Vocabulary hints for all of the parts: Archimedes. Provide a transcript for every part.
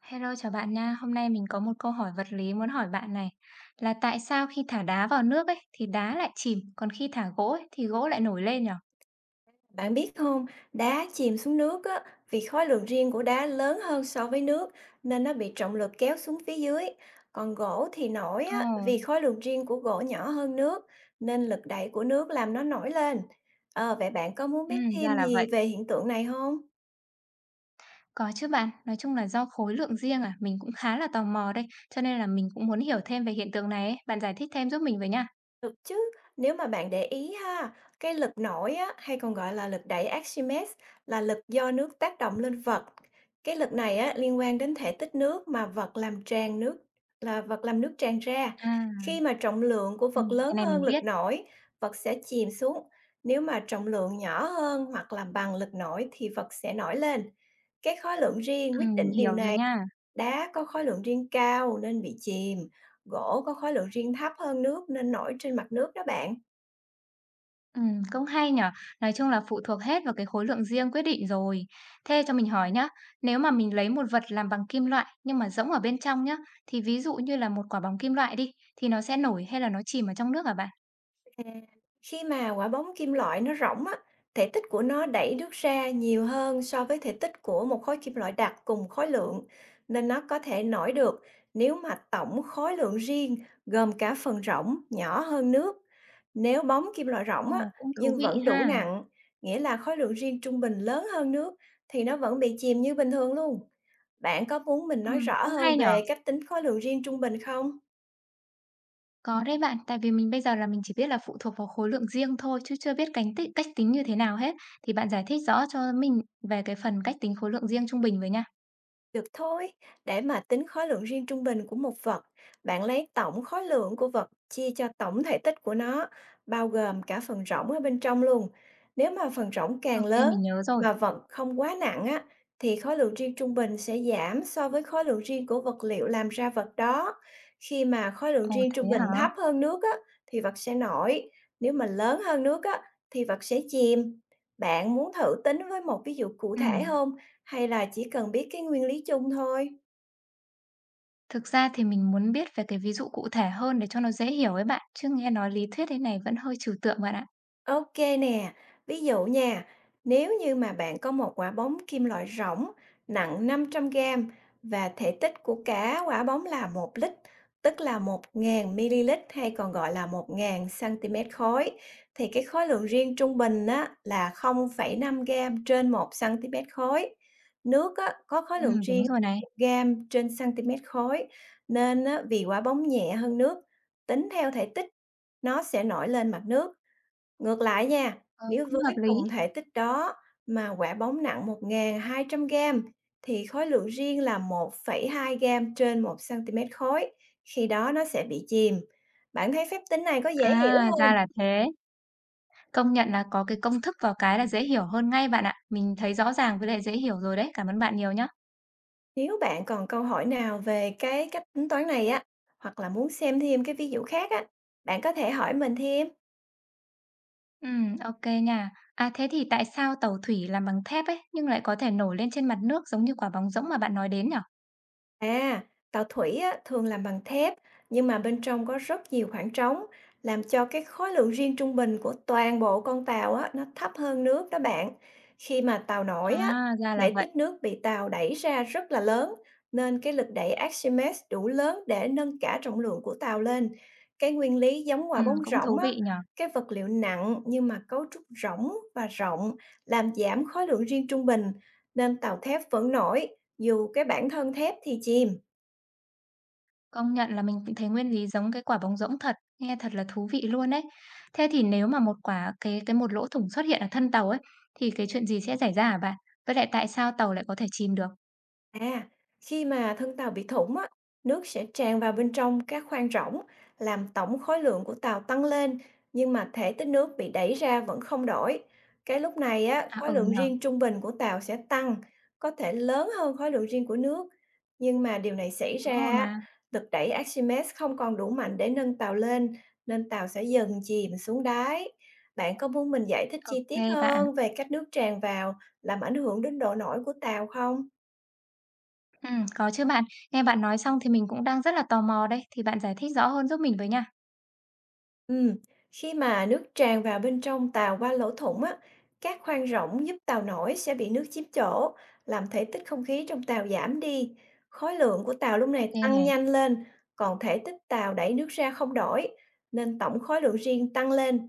Hello, chào bạn nha. Hôm nay mình có một câu hỏi vật lý muốn hỏi bạn này, là tại sao khi thả đá vào nước ấy thì đá lại chìm, còn khi thả gỗ ấy, thì gỗ lại nổi lên nhở? Bạn biết không, đá chìm xuống nước á, vì khối lượng riêng của đá lớn hơn so với nước nên nó bị trọng lực kéo xuống phía dưới. Còn gỗ thì nổi á, Ồ, vì khối lượng riêng của gỗ nhỏ hơn nước nên lực đẩy của nước làm nó nổi lên. Vậy bạn có muốn ừ, biết ra thêm là gì vậy. về hiện tượng này không? Có chứ bạn, nói chung là do khối lượng riêng à, mình cũng khá là tò mò đây, cho nên là mình cũng muốn hiểu thêm về hiện tượng này ấy. Bạn giải thích thêm giúp mình với nha. Được chứ, nếu mà bạn để ý ha, cái lực nổi á, hay còn gọi là lực đẩy Archimedes là lực do nước tác động lên vật. Cái lực này á, liên quan đến thể tích nước mà vật làm tràn nước là vật làm nước tràn ra. À, Khi mà trọng lượng của ừ, vật cái lớn này hơn mình lực biết, nổi, vật sẽ chìm xuống. Nếu mà trọng lượng nhỏ hơn hoặc là bằng lực nổi thì vật sẽ nổi lên. Cái khối lượng riêng ừ, quyết mình định điều hiểu rồi này. nha. Đá có khối lượng riêng cao nên bị chìm, gỗ có khối lượng riêng thấp hơn nước nên nổi trên mặt nước đó bạn. Cũng hay nhở. Nói chung là phụ thuộc hết vào cái khối lượng riêng quyết định rồi. Thế cho mình hỏi nhá, nếu mà mình lấy một vật làm bằng kim loại nhưng mà rỗng ở bên trong nhá, thì ví dụ như là một quả bóng kim loại đi, thì nó sẽ nổi hay là nó chìm ở trong nước hả bạn? À, khi mà quả bóng kim loại nó rỗng á, thể tích của nó đẩy nước ra nhiều hơn so với thể tích của một khối kim loại đặc cùng khối lượng, nên nó có thể nổi được nếu mà tổng khối lượng riêng gồm cả phần rỗng nhỏ hơn nước. Nếu bóng kim loại rỗng á, Ồ, cũng thú nhưng vị vẫn đủ ha. nặng, nghĩa là khối lượng riêng trung bình lớn hơn nước, thì nó vẫn bị chìm như bình thường luôn. Bạn có muốn mình nói rõ Cũng hay hơn nhở. về cách tính khối lượng riêng trung bình không? Có đấy bạn, tại vì mình bây giờ là mình chỉ biết là phụ thuộc vào khối lượng riêng thôi chứ chưa biết cánh tích cách tính như thế nào hết. Thì bạn giải thích rõ cho mình về cái phần cách tính khối lượng riêng trung bình với nha. Được thôi, để mà tính khối lượng riêng trung bình của một vật, bạn lấy tổng khối lượng của vật chia cho tổng thể tích của nó, bao gồm cả phần rỗng ở bên trong luôn. Nếu mà phần rỗng càng Ok, lớn mình nhớ rồi. mà vật không quá nặng á, thì khối lượng riêng trung bình sẽ giảm so với khối lượng riêng của vật liệu làm ra vật đó. Khi mà khối lượng Ồ, riêng thế trung bình hả? thấp hơn nước á, thì vật sẽ nổi. Nếu mà lớn hơn nước á, thì vật sẽ chìm. Bạn muốn thử tính với một ví dụ cụ thể Ừm. không? Hay là chỉ cần biết cái nguyên lý chung thôi? Thực ra thì mình muốn biết về cái ví dụ cụ thể hơn để cho nó dễ hiểu ấy bạn, chứ nghe nói lý thuyết thế này vẫn hơi trừu tượng bạn ạ. OK nè, ví dụ nha, nếu như mà bạn có một quả bóng kim loại rỗng nặng 500 gram và thể tích của cả quả bóng là 1 lít, tức là 1.000 ml hay còn gọi là 1.000 cm khối, thì cái khối lượng riêng trung bình á, là 0,5 gram trên 1 cm khối. Nước á, có khối lượng Đúng riêng rồi này. 1 gram trên cm khối, nên á, vì quả bóng nhẹ hơn nước, tính theo thể tích, nó sẽ nổi lên mặt nước. Ngược lại nha, Ờ, nếu cũng với hợp lý. cùng thể tích đó mà quả bóng nặng 1.200 gram thì khối lượng riêng là 1,2 gram trên 1 cm khối, khi đó nó sẽ bị chìm. Bạn thấy phép tính này có dễ hiểu À, ra không? là thế. Công nhận là có cái công thức vào cái là dễ hiểu hơn ngay bạn ạ. Mình thấy rõ ràng với lại dễ hiểu rồi đấy. Cảm ơn bạn nhiều nhá. Nếu bạn còn câu hỏi nào về cái cách tính toán này á, hoặc là muốn xem thêm cái ví dụ khác á, bạn có thể hỏi mình thêm. Ok nha. À, thế thì tại sao tàu thủy làm bằng thép ấy nhưng lại có thể nổi lên trên mặt nước giống như quả bóng rỗng mà bạn nói đến nhở? À, tàu thủy á, thường làm bằng thép nhưng mà bên trong có rất nhiều khoảng trống làm cho cái khối lượng riêng trung bình của toàn bộ con tàu á, nó thấp hơn nước đó bạn. Khi mà tàu nổi á, À, ra là đẩy vậy. tích nước bị tàu đẩy ra rất là lớn nên cái lực đẩy Archimedes đủ lớn để nâng cả trọng lượng của tàu lên. Cái nguyên lý giống quả bóng Cũng thú rổng á, vị nhở. cái vật liệu nặng nhưng mà cấu trúc rỗng và rộng làm giảm khối lượng riêng trung bình nên tàu thép vẫn nổi dù cái bản thân thép thì chìm, Công nhận là mình cũng thấy nguyên lý giống cái quả bóng rỗng thật, nghe thật là thú vị luôn ấy. Thế thì nếu mà một quả cái một lỗ thủng xuất hiện ở thân tàu ấy, thì cái chuyện gì sẽ xảy ra hả bạn? Với lại tại sao tàu lại có thể chìm được? à, khi mà thân tàu bị thủng á, nước sẽ tràn vào bên trong các khoang rỗng, làm tổng khối lượng của tàu tăng lên, nhưng mà thể tích nước bị đẩy ra vẫn không đổi. Cái lúc này á, À khối ừ lượng nhỉ, riêng trung bình của tàu sẽ tăng, có thể lớn hơn khối lượng riêng của nước. Nhưng mà điều này xảy đúng rồi ra, á, mà. lực đẩy Archimedes không còn đủ mạnh để nâng tàu lên, nên tàu sẽ dần chìm xuống đáy. Bạn có muốn mình giải thích chi tiết Ô bạn. hơn về cách nước tràn vào làm ảnh hưởng đến độ nổi của tàu không? Có chứ bạn. Nghe bạn nói xong thì mình cũng đang rất là tò mò đây, thì bạn giải thích rõ hơn giúp mình với nha. Ừm, khi mà nước tràn vào bên trong tàu qua lỗ thủng á, các khoang rỗng giúp tàu nổi sẽ bị nước chiếm chỗ, làm thể tích không khí trong tàu giảm đi. Khối lượng của tàu lúc Ok này tăng này, nhanh lên, còn thể tích tàu đẩy nước ra không đổi, nên tổng khối lượng riêng tăng lên.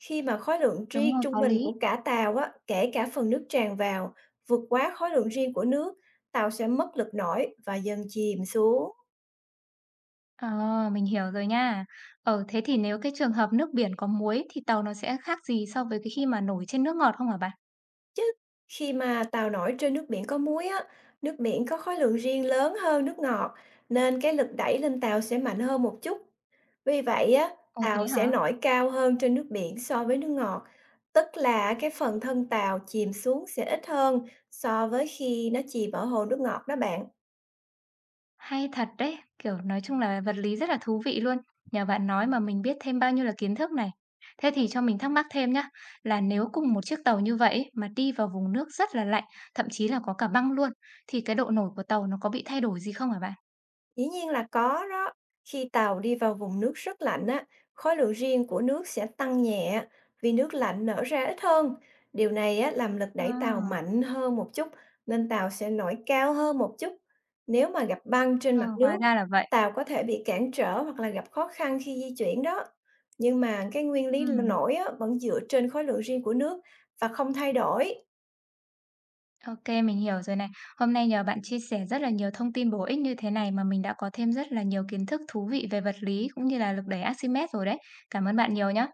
Khi mà khối lượng đúng riêng rồi, trung có bình lý. của cả tàu á, kể cả phần nước tràn vào, vượt quá khối lượng riêng của nước, tàu sẽ mất lực nổi và dần chìm xuống. Ờ, mình hiểu rồi nha. Ờ, thế thì nếu cái trường hợp nước biển có muối thì tàu nó sẽ khác gì so với cái khi mà nổi trên nước ngọt không hả bạn? Chứ, khi mà tàu nổi trên nước biển có muối á, nước biển có khối lượng riêng lớn hơn nước ngọt, nên cái lực đẩy lên tàu sẽ mạnh hơn một chút. Vì vậy á, Ồ thế tàu hả? sẽ nổi cao hơn trên nước biển so với nước ngọt, tức là cái phần thân tàu chìm xuống sẽ ít hơn so với khi nó chìm ở hồ nước ngọt đó bạn. Hay thật đấy, kiểu, nói chung là vật lý rất là thú vị luôn. Nhờ bạn nói mà mình biết thêm bao nhiêu là kiến thức này. Thế thì cho mình thắc mắc thêm nhá, là nếu cùng một chiếc tàu như vậy ấy, mà đi vào vùng nước rất là lạnh, thậm chí là có cả băng luôn, thì cái độ nổi của tàu nó có bị thay đổi gì không hả bạn? Dĩ nhiên là có đó. Khi tàu đi vào vùng nước rất lạnh á, khối lượng riêng của nước sẽ tăng nhẹ vì nước lạnh nở ra ít hơn. Điều này á, làm lực đẩy tàu À, mạnh hơn một chút nên tàu sẽ nổi cao hơn một chút. Nếu mà gặp băng trên ờ, mặt hóa nước, ra là vậy. tàu có thể bị cản trở hoặc là gặp khó khăn khi di chuyển đó. Nhưng mà cái nguyên lý Ừm, nổi á, vẫn dựa trên khối lượng riêng của nước và không thay đổi. OK, mình hiểu rồi này. Hôm nay nhờ bạn chia sẻ rất là nhiều thông tin bổ ích như thế này mà mình đã có thêm rất là nhiều kiến thức thú vị về vật lý cũng như là lực đẩy Archimedes rồi đấy. Cảm ơn bạn nhiều nhá.